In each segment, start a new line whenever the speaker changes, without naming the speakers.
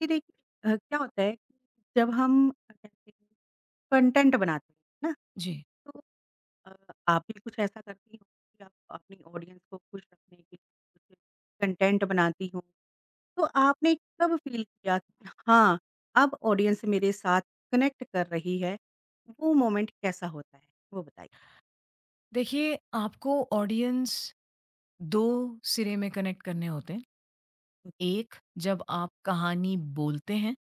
कि देखिए, क्या होता है कि जब हम कहते हैं कंटेंट बनाते हैं ना।
जी।
तो अ, आप भी कुछ ऐसा करती हो कि आप अपनी ऑडियंस को खुश रखने के लिए कुछ कंटेंट बनाती हो। तो आपने कब फील किया कि हाँ, अब ऑडियंस मेरे साथ कनेक्ट कर रही है, वो मोमेंट कैसा होता है? वो बताइए?
देखिए, आपको ऑडियंस 2 सिरे में कनेक्ट करने होते हैं।
ओके।
एक जब आप कहानी बोलते हैं,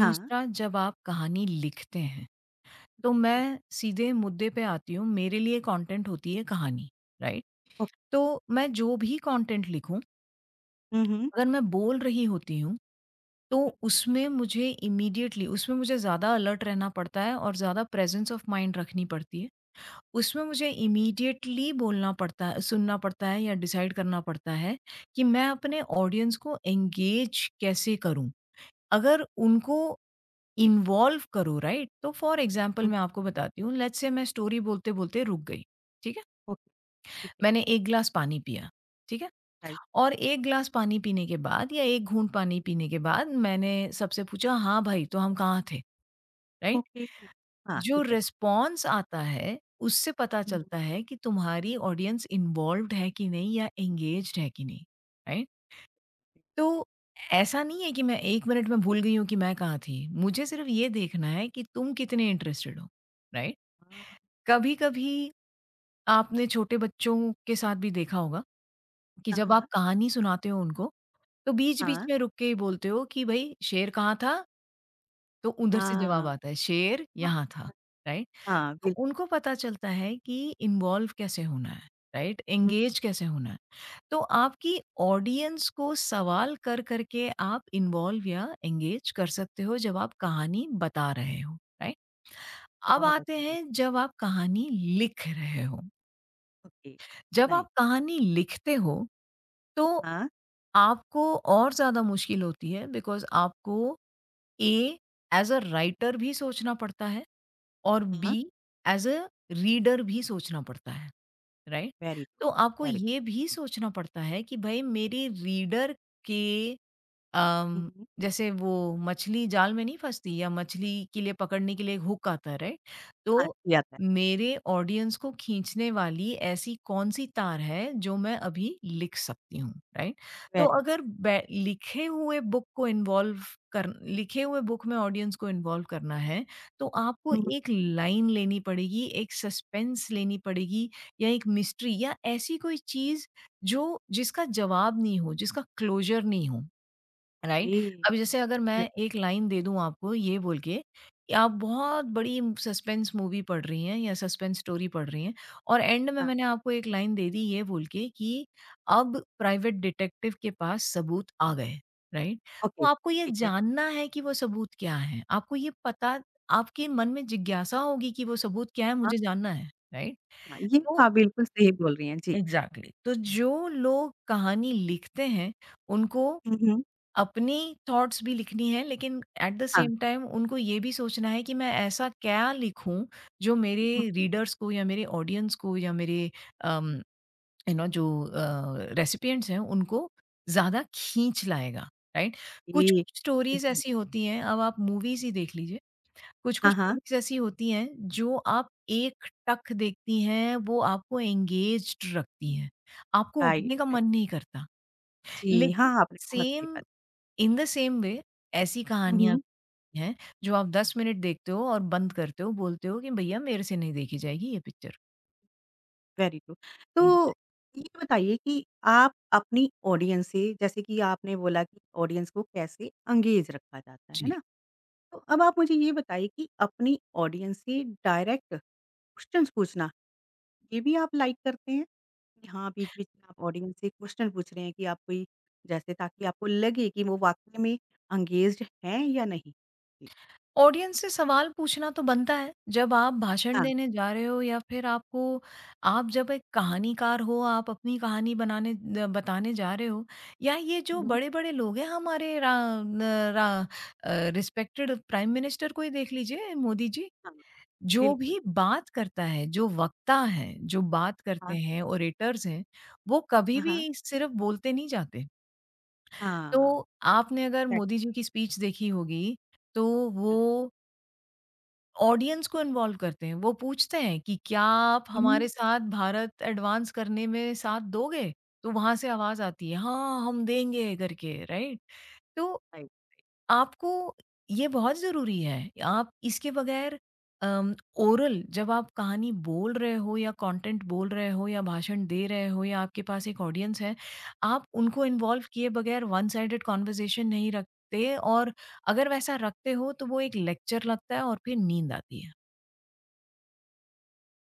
हाँ।
दूसरा जब आप कहानी लिखते हैं। तो
ओके।
मैं सीधे मुद्दे पे आती हूँ, मेरे लिए कंटेंट होती है कहानी, राइट? तो मैं
राइट।
जो भी कंटेंट लिखूँ,
हुँ, हुँ।
अगर मैं बोल रही होती हूँ, तो
हुँ, हुँ, हुँ।
उसमें मुझे ज़्यादा अलर्ट रहना पड़ता है और ज़्यादा प्रेजेंस ऑफ माइंड रखनी पड़ती है। उसमें मुझे इमीडिएटली बोलना पड़ता है, सुनना पड़ता है या डिसाइड करना पड़ता है कि मैं
हाँ,
अपने ऑडियंस को एंगेज कैसे करूं, अगर उनको इन्वॉल्व करो, राइट? तो फॉर एग्जांपल
हुँ,
मैं आपको बताती हूँ, लेट्स से मैं स्टोरी बोलते बोलते रुक गई, ठीक है?
ओके। ठीक है,
मैंने एक ग्लास पानी पिया, ठीक है?
राइट।
और एक ग्लास पानी पीने के बाद या एक घूंट पानी पीने के बाद मैंने सबसे पूछा, हाँ भाई, तो हम कहाँ थे? राइट?
ओके, हाँ
जो
ठीक है।
रिस्पॉन्स आता है, उससे पता
हुँ,
चलता है कि तुम्हारी ऑडियंस इन्वॉल्व्ड है कि नहीं या एंगेज्ड है कि नहीं, राइट?
हुँ।
तो ऐसा नहीं है कि मैं एक मिनट में भूल गई हूँ कि मैं कहाँ थी, मुझे सिर्फ ये देखना है कि तुम कितने इंटरेस्टेड हो, राइट?
हाँ।
कभी कभी आपने छोटे बच्चों के साथ भी देखा होगा कि
हाँ,
जब
हाँ।
आप कहानी सुनाते हो उनको, तो बीच बीच
हाँ,
में रुक के ही बोलते हो कि भाई, शेर कहाँ था। तो उधर से
हाँ।
जवाब आता है, शेर
हाँ,
यहाँ था,
हाँ।
राइट?
हाँ,
तो
बिल्कुल।
उनको पता चलता है कि इन्वॉल्व कैसे होना है, राइट?
हुँ,
एंगेज कैसे होना है। तो आपकी ऑडियंस को सवाल कर करके आप इन्वॉल्व या एंगेज कर सकते हो जब आप कहानी बता रहे हो, राइट? अब
बहुत
आते
अच्छी बात।
हैं जब आप कहानी लिख रहे हो।
ओके,
जब
नाइस।
आप कहानी लिखते हो, तो
हाँ,
आपको और ज़्यादा मुश्किल होती है बिकॉज़ आपको ए एज़ अ राइटर भी सोचना पड़ता है और
हाँ,
बी एज़ अ रीडर भी सोचना पड़ता है, राइट?
वेरी गुड,
तो आपको
वेरी
ये
गुड।
भी सोचना पड़ता है कि भाई मेरे रीडर के
हुँ,
अम,
हुँ।
जैसे वो मछली जाल में नहीं फँसती, या मछली के लिए पकड़ने के लिए एक हुक आता है, राइट?
हाँ,
तो
अच्छी आता है,
मेरे ऑडियंस को खींचने वाली ऐसी कौन-सी तार है जो मैं अभी लिख सकती हूँ, राइट? तो
वेरी नाइस।
अगर बै लिखे हुए बुक को इन्वॉल्व कर लिखे हुए बुक में ऑडियंस को इन्वॉल्व करना है, तो आपको
हुँ, हुँ,
एक लाइन लेनी पड़ेगी, एक सस्पेंस लेनी पड़ेगी या एक मिस्ट्री या ऐसी कोई चीज़ जो, जिसका जवाब नहीं हो, जिसका क्लोज़र नहीं हो, राइट?
ओके,
अब जैसे अगर
राइट,
मैं एक लाइन दे दूँ आपको ये बोल के कि आप बहुत बड़ी सस्पेंस मूवी पढ़ रही हैं या सस्पेंस स्टोरी पढ़ रही हैं, और एंड में
हाँ,
मैंने आपको एक लाइन दे दी ये बोल के कि अब प्राइवेट डिटेक्टिव के पास सबूत आ गए, राइट?
ओके,
तो आपको ये
ठीक है।
जानना है कि वो सबूत क्या हैं, आपको ये पता, आपके मन में जिज्ञासा होगी कि वो सबूत क्या है,
हाँ,
मुझे जानना है, राइट?
हाँ, ये
तो
हाँ, बिल्कुल सही बोल रही हैं, जी।
एग्ज़ैक्टली, तो जो लोग कहानी लिखते हैं, उनको
हुँ, हुँ,
अपनी थॉट्स भी लिखनी है, लेकिन एट द
हाँ,
सेम टाइम उनको ये भी सोचना है कि मैं ऐसा क्या लिखूं जो मेरे
हुँ,
रीडर्स को या मेरे ऑडियंस को या मेरे यू नो जो रेसिपिएंट्स हैं उनको ज़्यादा खींच लाएगा, राइट? कुछ
ओके,
स्टोरीज
जी।
ऐसी होती हैं, अब आप मूवीज ही देख लीजिए। कुछ
हाँ,
कुछ
हाँ,
मूवीज ऐसी होती हैं जो आप एक टक देखती हैं, वो आपको एंगेज्ड रखती हैं, आपको
राइट,
उठने का
राइट।
मन नहीं करता।
जी,
लेकिन
हाँ, आपने बहुत सही
सेम
बात
इन द सेम वे ऐसी
हुँ,
कहानियाँ
हुँ।
भी हैं जो आप 10 मिनट देखते हो और बंद करते हो, बोलते हो कि भैया मेरे से नहीं देखी जाएगी ये पिक्चर।
Very true. तो
एक
ये बताइए कि आप अपनी ऑडियंस से जैसे कि आपने बोला कि ऑडियंस को कैसे एंगेज रखा जाता है
जी।
ना? तो अब आप मुझे ये बताइए कि अपनी ऑडियंस से डायरेक्ट क्वेश्चन्स पूछना, ये भी आप लाइक करते हैं? कि हाँ, बीच-बीच में आप ऑडियंस से क्वेश्चन पूछ रहे हैं कि आप कोई जैसे ताकि आपको लगे कि वो वाक़ई में एंगेज्ड हैं या नहीं? जी।
ऑडियंस से सवाल पूछना तो बनता है, जब आप भाषण
हाँ।
देने जा रहे हो या फिर आपको आप जब एक कहानीकार हो, आप अपनी कहानी बनाने द बताने जा रहे हो, या ये जो
हुँ, हुँ।
बड़े-बड़े लोग हैं हमारे रा न रा अ, रिस्पेक्टेड प्राइम मिनिस्टर को ही देख लीजिए, मोदी जी।
हाँ,
जो
बिल्कुल।
भी बात करता है, जो वक्ता है, जो बात करते
हाँ।
हैं, ओरेटर्स हैं, वो कभी
हाँ, हाँ।
भी सिर्फ बोलते नहीं जाते। तो
हाँ।
आपने अगर
राइट।
मोदी जी की स्पीच देखी होगी, तो वो ऑडियंस को इन्वॉल्व करते हैं। वो पूछते हैं कि, "क्या आप
हुँ,
हमारे साथ भारत एडवांस करने में साथ दोगे?" तो वहाँ से आवाज़ आती है, "हाँ, हम देंगे" करके, राइट? तो
राइट।
आपको ये बहुत ज़रूरी है। आप इसके बगैर, अम, ओरल जब आप कहानी बोल रहे हो या कंटेंट बोल रहे हो या भाषण दे रहे हो या आपके पास एक ऑडियंस है, आप उनको इन्वॉल्व किए बगैर वन साइडेड कन्वर्सेशन नहीं रखते, और अगर वैसा रखते हो तो वो एक लेक्चर लगता है और फिर नींद आती है।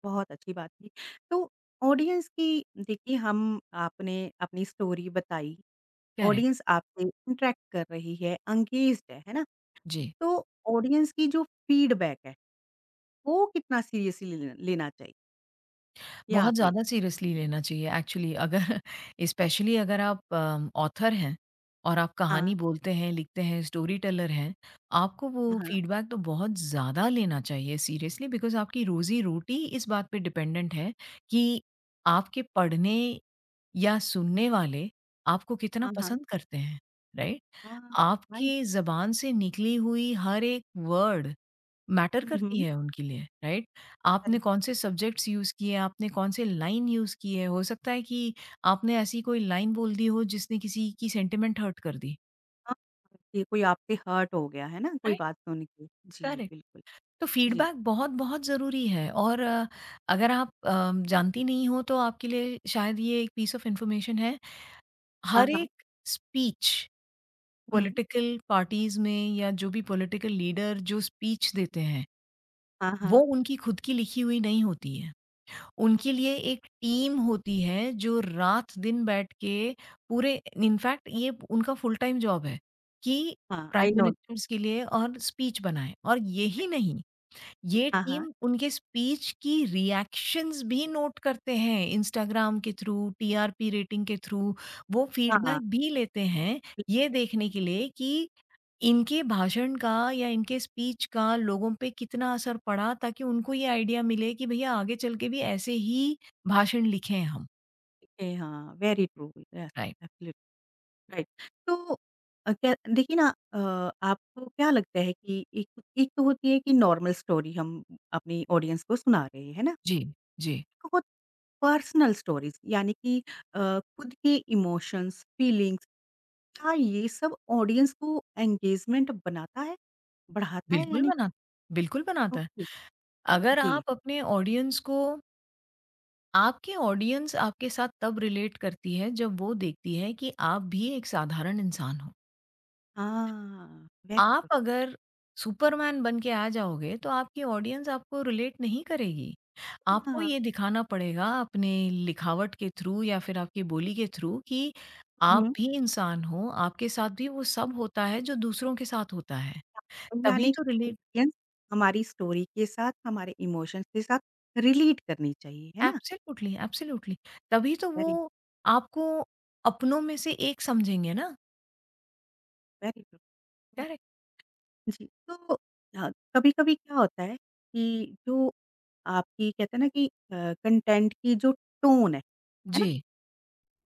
बहुत अच्छी बात थी। तो ऑडियंस की देखिए हम आपने अपनी स्टोरी बताई,
करेक्ट।
ऑडियंस आपसे इंटरैक्ट कर रही है, एंगेज्ड है ना?
जी।
तो ऑडियंस की जो फीडबैक है, वो कितना सीरियसली लेना लेना चाहिए या
बहुत
आप ले
ज़्यादा सीरियसली लेना चाहिए एक्चुअली, अगर स्पेशली अगर आप ऑथर हैं और आप कहानी
हाँ,
बोलते हैं, लिखते हैं, स्टोरी टेलर हैं, आपको वो
हाँ,
फीडबैक तो बहुत ज़्यादा लेना चाहिए सीरियसली, बिकॉज़ आपकी रोज़ी-रोटी इस बात पे डिपेंडेंट है कि आपके पढ़ने या सुनने वाले आपको कितना
हाँ, हाँ,
पसंद करते हैं, राइट?
हाँ, राइट।
आपकी ज़बान से निकली हुई हर एक वर्ड मैटर
हुँ,
करती
हुँ।
है उनके लिए, राइट? आपने
करेक्ट,
कौन से सब्जेक्ट्स यूज़ किए, आपने कौन से लाइन यूज़ किए, हो सकता है कि आपने ऐसी कोई लाइन बोल दी हो जिसने किसी की सेंटिमेंट हर्ट कर दी,
हाँ, ये कोई आपसे हर्ट हो गया, है ना? कोई
राइट?
बात सुन के। जी,
करेक्ट।
बिल्कुल,
तो
जी।
फीडबैक बहुत बहुत ज़रूरी है, और अगर आप जानती नहीं हो, तो आपके लिए शायद ये एक पीस ऑफ इंफॉर्मेशन है।
हाँ,
हर
हाँ,
एक स्पीच
हुँ,
पॉलिटिकल पार्टीज में या जो भी पॉलिटिकल लीडर जो स्पीच देते हैं,
हाँ,
वो
हाँ,
उनकी खुद की लिखी हुई नहीं होती है।
हाँ,
उनके लिए एक टीम होती है जो रात दिन बैठ के पूरे इनफैक्ट ये उनका फुल टाइम जॉब है कि
हाँ, आई
प्राइम
नो
मिनिस्टर्स के लिए और स्पीच बनाए, और यही
दैट।
नहीं, ये
हाँ, हाँ,
टीम उनके स्पीच की रिएक्शंस भी नोट करते हैं, इंस्टाग्राम के थ्रू, टीआरपी रेटिंग के थ्रू, वो
हाँ।
फीडबैक भी लेते हैं ये देखने के लिए कि इनके भाषण का या इनके स्पीच का लोगों पे कितना असर पड़ा, ताकि उनको ये आइडिया मिले कि भैया, आगे चल के भी ऐसे ही भाषण लिखें हम।
ए, हाँ, very true, yes,
right.
Absolutely right. तो क्या देखिए ना। अ, आपको क्या लगता है कि एक एक तो होती है कि नॉर्मल स्टोरी हम अपनी ऑडियंस को सुना रहे हैं, है ना?
जी, जी।
एक होत पर्सनल स्टोरीज़ यानी कि अ, खुद के इमोशंस, फीलिंग्स, क्या ये सब ऑडियंस को एंगेजमेंट बनाता है? बढ़ाता है
बिल्कुल
यानी कि
बना बिल्कुल बनाता है।
ओके,
अगर
जी।
आप अपने ऑडियंस को आपके ऑडियंस आपके साथ तब रिलेट करती है जब वो देखती है कि आप भी एक साधारण इंसान हो।
हाँ, वेरी
आप
गुड।
अगर सुपरमैन बन के आ जाओगे, तो आपकी ऑडियंस आपको रिलेट नहीं करेगी। आपको
हाँ।
ये दिखाना पड़ेगा अपने लिखावट के थ्रू या फिर आपकी बोली के थ्रू कि आप
हम्म।
भी इंसान हो, आपके साथ भी वो सब होता है जो दूसरों के साथ होता है। तभी
यानी
तो रिलेट
ऑडियंस हमारी स्टोरी के साथ, हमारे इमोशंस के साथ रिलेट करनी चाहिए, है ना?
Absolutely, absolutely. तभी तो वो
वेरी
आपको अपनों में से एक समझेंगे ना।
Very true, very.
करेक्ट।
जी। तो अ, कभी-कभी क्या होता है कि जो आपकी कहते हैं ना कि कंटेंट की जो टोन है ना?
जी,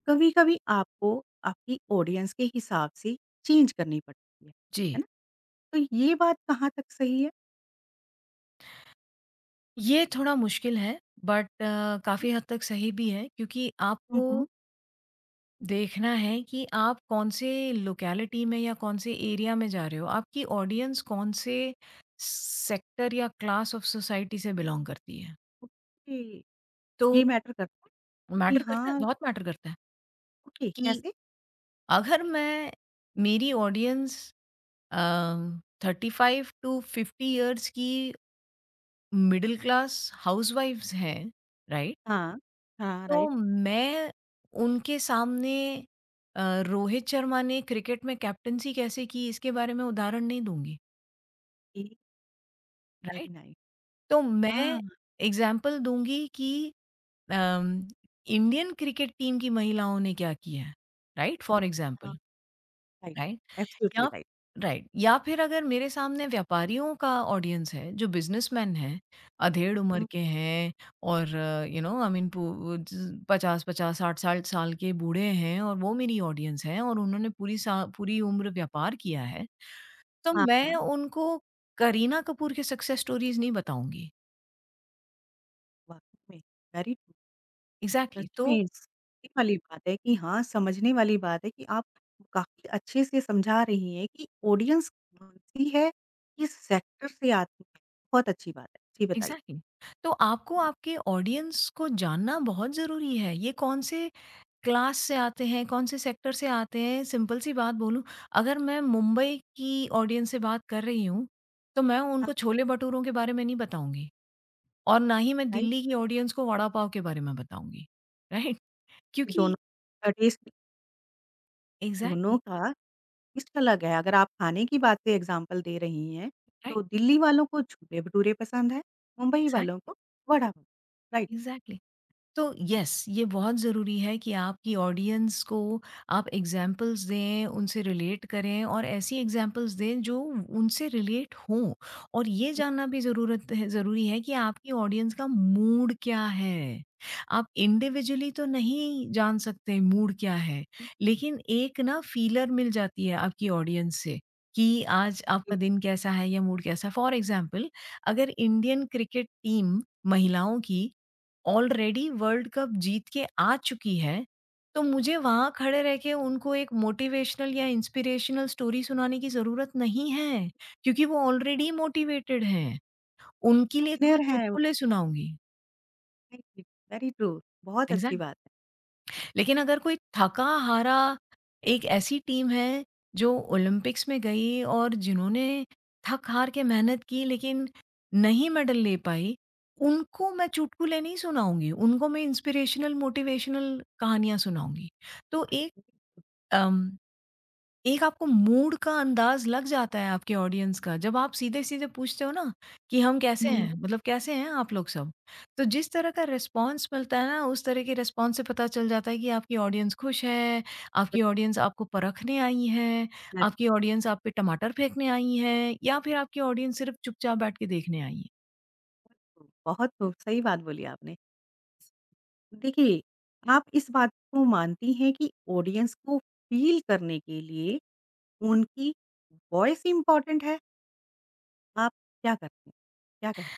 कभी-कभी आपको आपकी ऑडियंस के हिसाब से चेंज करनी पड़ती
जी।
है ना? तो ये बात कहाँ तक सही है?
ये थोड़ा मुश्किल है, बट काफ़ी हद तक सही भी है, क्योंकि
हुँ,
आपको
हुँ।
देखना है कि आप कौन से लोकेलिटी में या कौन से एरिया में जा रहे हो। आपकी ऑडियंस कौन से सेक्टर या क्लास ऑफ सोसाइटी से बिलॉन्ग करती है।
ओके,
तो
ये मैटर करता है कि
मैटर करता है,
हाँ,
बहुत मैटर करता है
ओके
कि
कैसे?
अगर मैं मेरी ऑडियंस अ, 35 टू 50 इयर्स की मिडल क्लास हाउसवाइफ्स हैं, राइट?
हाँ, हाँ,
तो
राइट।
मैं उनके सामने रोहित शर्मा ने क्रिकेट में कैप्टेंसी कैसे की, इसके बारे में उदाहरण नहीं दूँगी, राइट?
Very nice.
तो
हाँ,
मैं एग्ज़ाम्पल दूँगी कि अम, इंडियन क्रिकेट टीम की महिलाओं ने क्या किया है, राइट? फॉर
हाँ,
एग्ज़ाम्पल,
राइट।
राइट?
एब्सोल्युटली
या
राइट।
राइट, या फिर अगर मेरे सामने व्यापारियों का ऑडियंस है, जो बिज़नेसमैन हैं, अधेड़ उम्र
हुँ,
के हैं और यू नो आई मीन, पू ज 50-50, 60-60 साल के बूढ़े हैं और वो मेरी ऑडियंस हैं और उन्होंने पूरी उम्र व्यापार किया है, तो
हाँ,
मैं
हाँ,
उनको करीना कपूर के सक्सेस स्टोरीज़ नहीं बताऊँगी।
वाक़ई में। Very true. सच
एग्ज़ैक्टली तो
में सीखने वाली बात है कि हाँ, समझने वाली बात है कि आप काफ़ी अच्छे से समझा रही हैं कि ऑडियंस कौन-सी है, किस सेक्टर से आती है। बहुत अच्छी बात है। जी, बताइए।
एग्ज़ैक्टली, तो आपको आपके ऑडियंस को जानना बहुत ज़रूरी है। ये कौन से क्लास से आते हैं, कौन से सेक्टर से आते हैं, सिंपल सी बात बोलूँ, अगर मैं मुंबई की ऑडियंस से बात कर रही हूँ, तो मैं
हाँ,
उनको छोले-भटूरों के बारे में नहीं बताऊँगी, और ना ही मैं
राइट।
दिल्ली की ऑडियंस को वड़ा पाव के बारे में बताऊँगी, राइट? क्योंकि
दोनों टेस्ट।
एग्ज़ैक्टली,
दोनों का टेस्ट अलग है। अगर आप खाने की बात से एग्ज़ाम्पल दे रही हैं,
राइट,
तो दिल्ली वालों को छोले-भटूरे पसंद है, मुंबई वालों
एग्ज़ैक्टली,
को वड़ा पाव, राइट।
एग्ज़ैक्टली। तो यस, ये बहुत ज़रूरी है कि आपकी ऑडियंस को आप एग्ज़ाम्पल्स दें, उनसे रिलेट करें और ऐसी एग्ज़ाम्पल्स दें जो उनसे रिलेट हों, और ये जानना भी ज़रूरत है ज़रूरी है कि आपकी ऑडियंस का मूड क्या है। आप इंडिविजुअली तो नहीं जान सकते मूड क्या है, लेकिन एक ना फीलर मिल जाती है आपकी ऑडियंस से, कि आज आपका दिन कैसा है या मूड कैसा है। फॉर एग्ज़ाम्पल, अगर इंडियन क्रिकेट टीम महिलाओं की ऑलरेडी वर्ल्ड कप जीत के आ चुकी है, तो मुझे वहाँ खड़े रह के उनको एक मोटिवेशनल या इंस्पिरेशनल स्टोरी सुनाने की ज़रूरत नहीं है, क्योंकि वो ऑलरेडी मोटिवेटेड हैं। उनके लिए तो मैं
बिगिनर हैं।
चुटकुले सुनाऊँगी।
Very true. बहुत अच्छी
एग्ज़ैक्टली।
बात है।
लेकिन अगर कोई थका हारा, एक ऐसी टीम है जो ओलंपिक्स में गई और जिन्होंने थक हार के मेहनत की, लेकिन नहीं मेडल ले पाई, उनको मैं चुटकुले नहीं सुनाऊँगी, उनको मैं इंस्पिरेशनल मोटिवेशनल कहानियाँ सुनाऊँगी। तो अम एक आपको मूड का अंदाज़ लग जाता है आपके ऑडियंस का, जब आप सीधे-सीधे पूछते हो ना कि हम कैसे
हुँ, हुँ।
हैं? मतलब कैसे हैं आप लोग सब? तो जिस तरह का रिस्पॉन्स मिलता है ना, उस तरह के रिस्पॉन्स से पता चल जाता है कि आपकी ऑडियंस खुश है, आपकी ऑडियंस आपको परखने आई है, आपकी ऑडियंस आप पे टमाटर फेंकने आई है, या फिर आपकी ऑडियंस सिर्फ़ चुपचाप बैठ के देखने आई है।
बहुत खूब सही बात बोली आपने। देखिए, आप इस बात को मानती हैं कि ऑडियंस को फ़ील करने के लिए उनकी वॉइस इम्पोर्टेंट है? आप क्या करती हैं? क्या कहते हैं?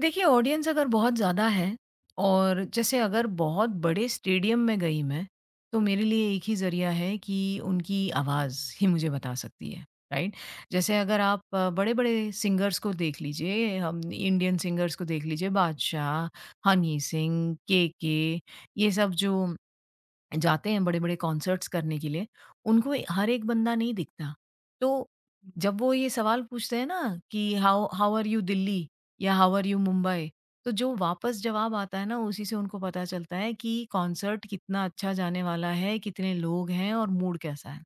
देखिए, ऑडियंस अगर बहुत ज़्यादा है और जैसे अगर बहुत बड़े स्टेडियम में गई मैं, तो मेरे लिए एक ही ज़रिया है कि उनकी आवाज़ ही मुझे बता सकती है, राइट? जैसे अगर आप बड़े-बड़े सिंगर्स को देख लीजिए, हम इंडियन सिंगर्स को देख लीजिए, बादशाह, हनी सिंह, केके, ये सब जो जाते हैं बड़े-बड़े कॉन्सर्ट्स करने के लिए, उनको हर एक बंदा नहीं दिखता। तो जब वो ये सवाल पूछते हैं ना कि how how are you Delhi, या हाउ आर यू मुंबई? तो जो वापस जवाब आता है ना, उसी से उनको पता चलता है कि कॉन्सर्ट कितना अच्छा जाने वाला है, कितने लोग हैं और मूड कैसा है।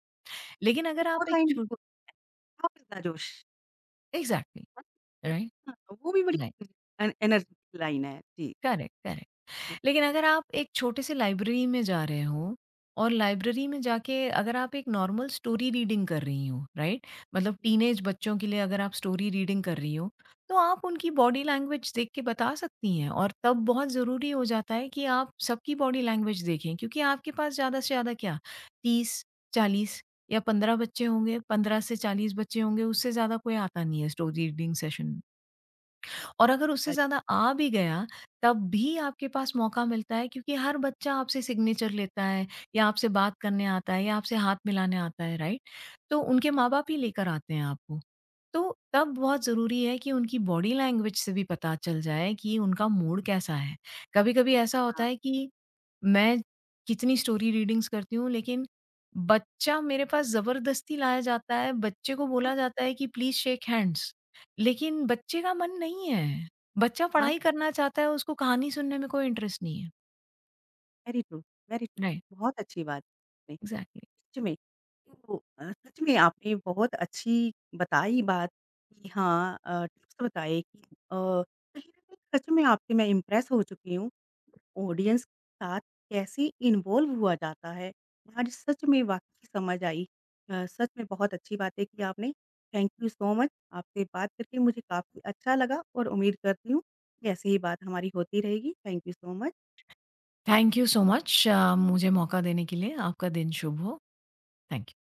लेकिन अगर
एक और
आप एक
लाइन भी
छो
बोल हाफ़िज़ दाजोश।
एग्ज़ैक्टली, राइट,
हाँ, वो भी बड़ी
राइट,
एन एनर्जेटिक लाइन है। जी।
Correct, correct.
हाँ,
लेकिन अगर आप एक छोटे से लाइब्रेरी में जा रहे हो, और लाइब्रेरी में जाके अगर आप एक नॉर्मल स्टोरी रीडिंग कर रही हो, राइट? मतलब टीनेज बच्चों के लिए अगर आप स्टोरी रीडिंग कर रही हो, तो आप उनकी बॉडी लैंग्वेज देख के बता सकती हैं, और तब बहुत ज़रूरी हो जाता है कि आप सबकी बॉडी लैंग्वेज देखें, क्योंकि आपके पास ज़्यादा से ज़्यादा क्या, 30, 40 या 15 बच्चे होंगे, 15 से 40 बच्चे होंगे, उससे ज़्यादा कोई आता नहीं है स्टोरी रीडिंग सेशन।
right,
और अगर उससे
right,
ज़्यादा आ भी गया, तब भी आपके पास मौका मिलता है, क्योंकि हर बच्चा आपसे सिग्नेचर लेता है या आपसे बात करने आता है या आपसे हाथ मिलाने आता है, राइट? तो उनके माँ-बाप ही लेकर आते हैं आपको। तो तब बहुत ज़रूरी है कि उनकी बॉडी लैंग्वेज से भी पता चल जाए कि उनका मूड कैसा है। कभी-कभी ऐसा
हाँ,
होता है कि मैं कितनी स्टोरी रीडिंग्स करती हूँ, लेकिन बच्चा मेरे पास ज़बरदस्ती लाया जाता है, बच्चे को बोला जाता है कि प्लीज़ शेक हैंड्स। लेकिन बच्चे का मन नहीं है, बच्चा
हाँ,
पढ़ाई करना चाहता है, उसको कहानी सुनने में कोई इंटरेस्ट नहीं है।
Very true, very true.
Right,
बहुत अच्छी बात है।
एग्ज़ैक्टली।
सच में। तो सच में आपने बहुत अच्छी बताई बात कि हाँ टिप्स बताए कि कहीं न कहीं सच में आपसे मैं इम्प्रेस हो चुकी हूँ। ऑडियंस के साथ कैसे इन्वॉल्व हुआ जाता है। आज सच में वाक़ई समझ आई। सच में बहुत अच्छी बातें की आपने। Thank you so much. आपसे बात करके मुझे काफ़ी अच्छा लगा और उम्मीद करती हूँ कि ऐसे ही बात हमारी होती रहेगी। Thank you so much.
Thank you so much मुझे मौका देने के लिए। आपका दिन शुभ हो। Thank you.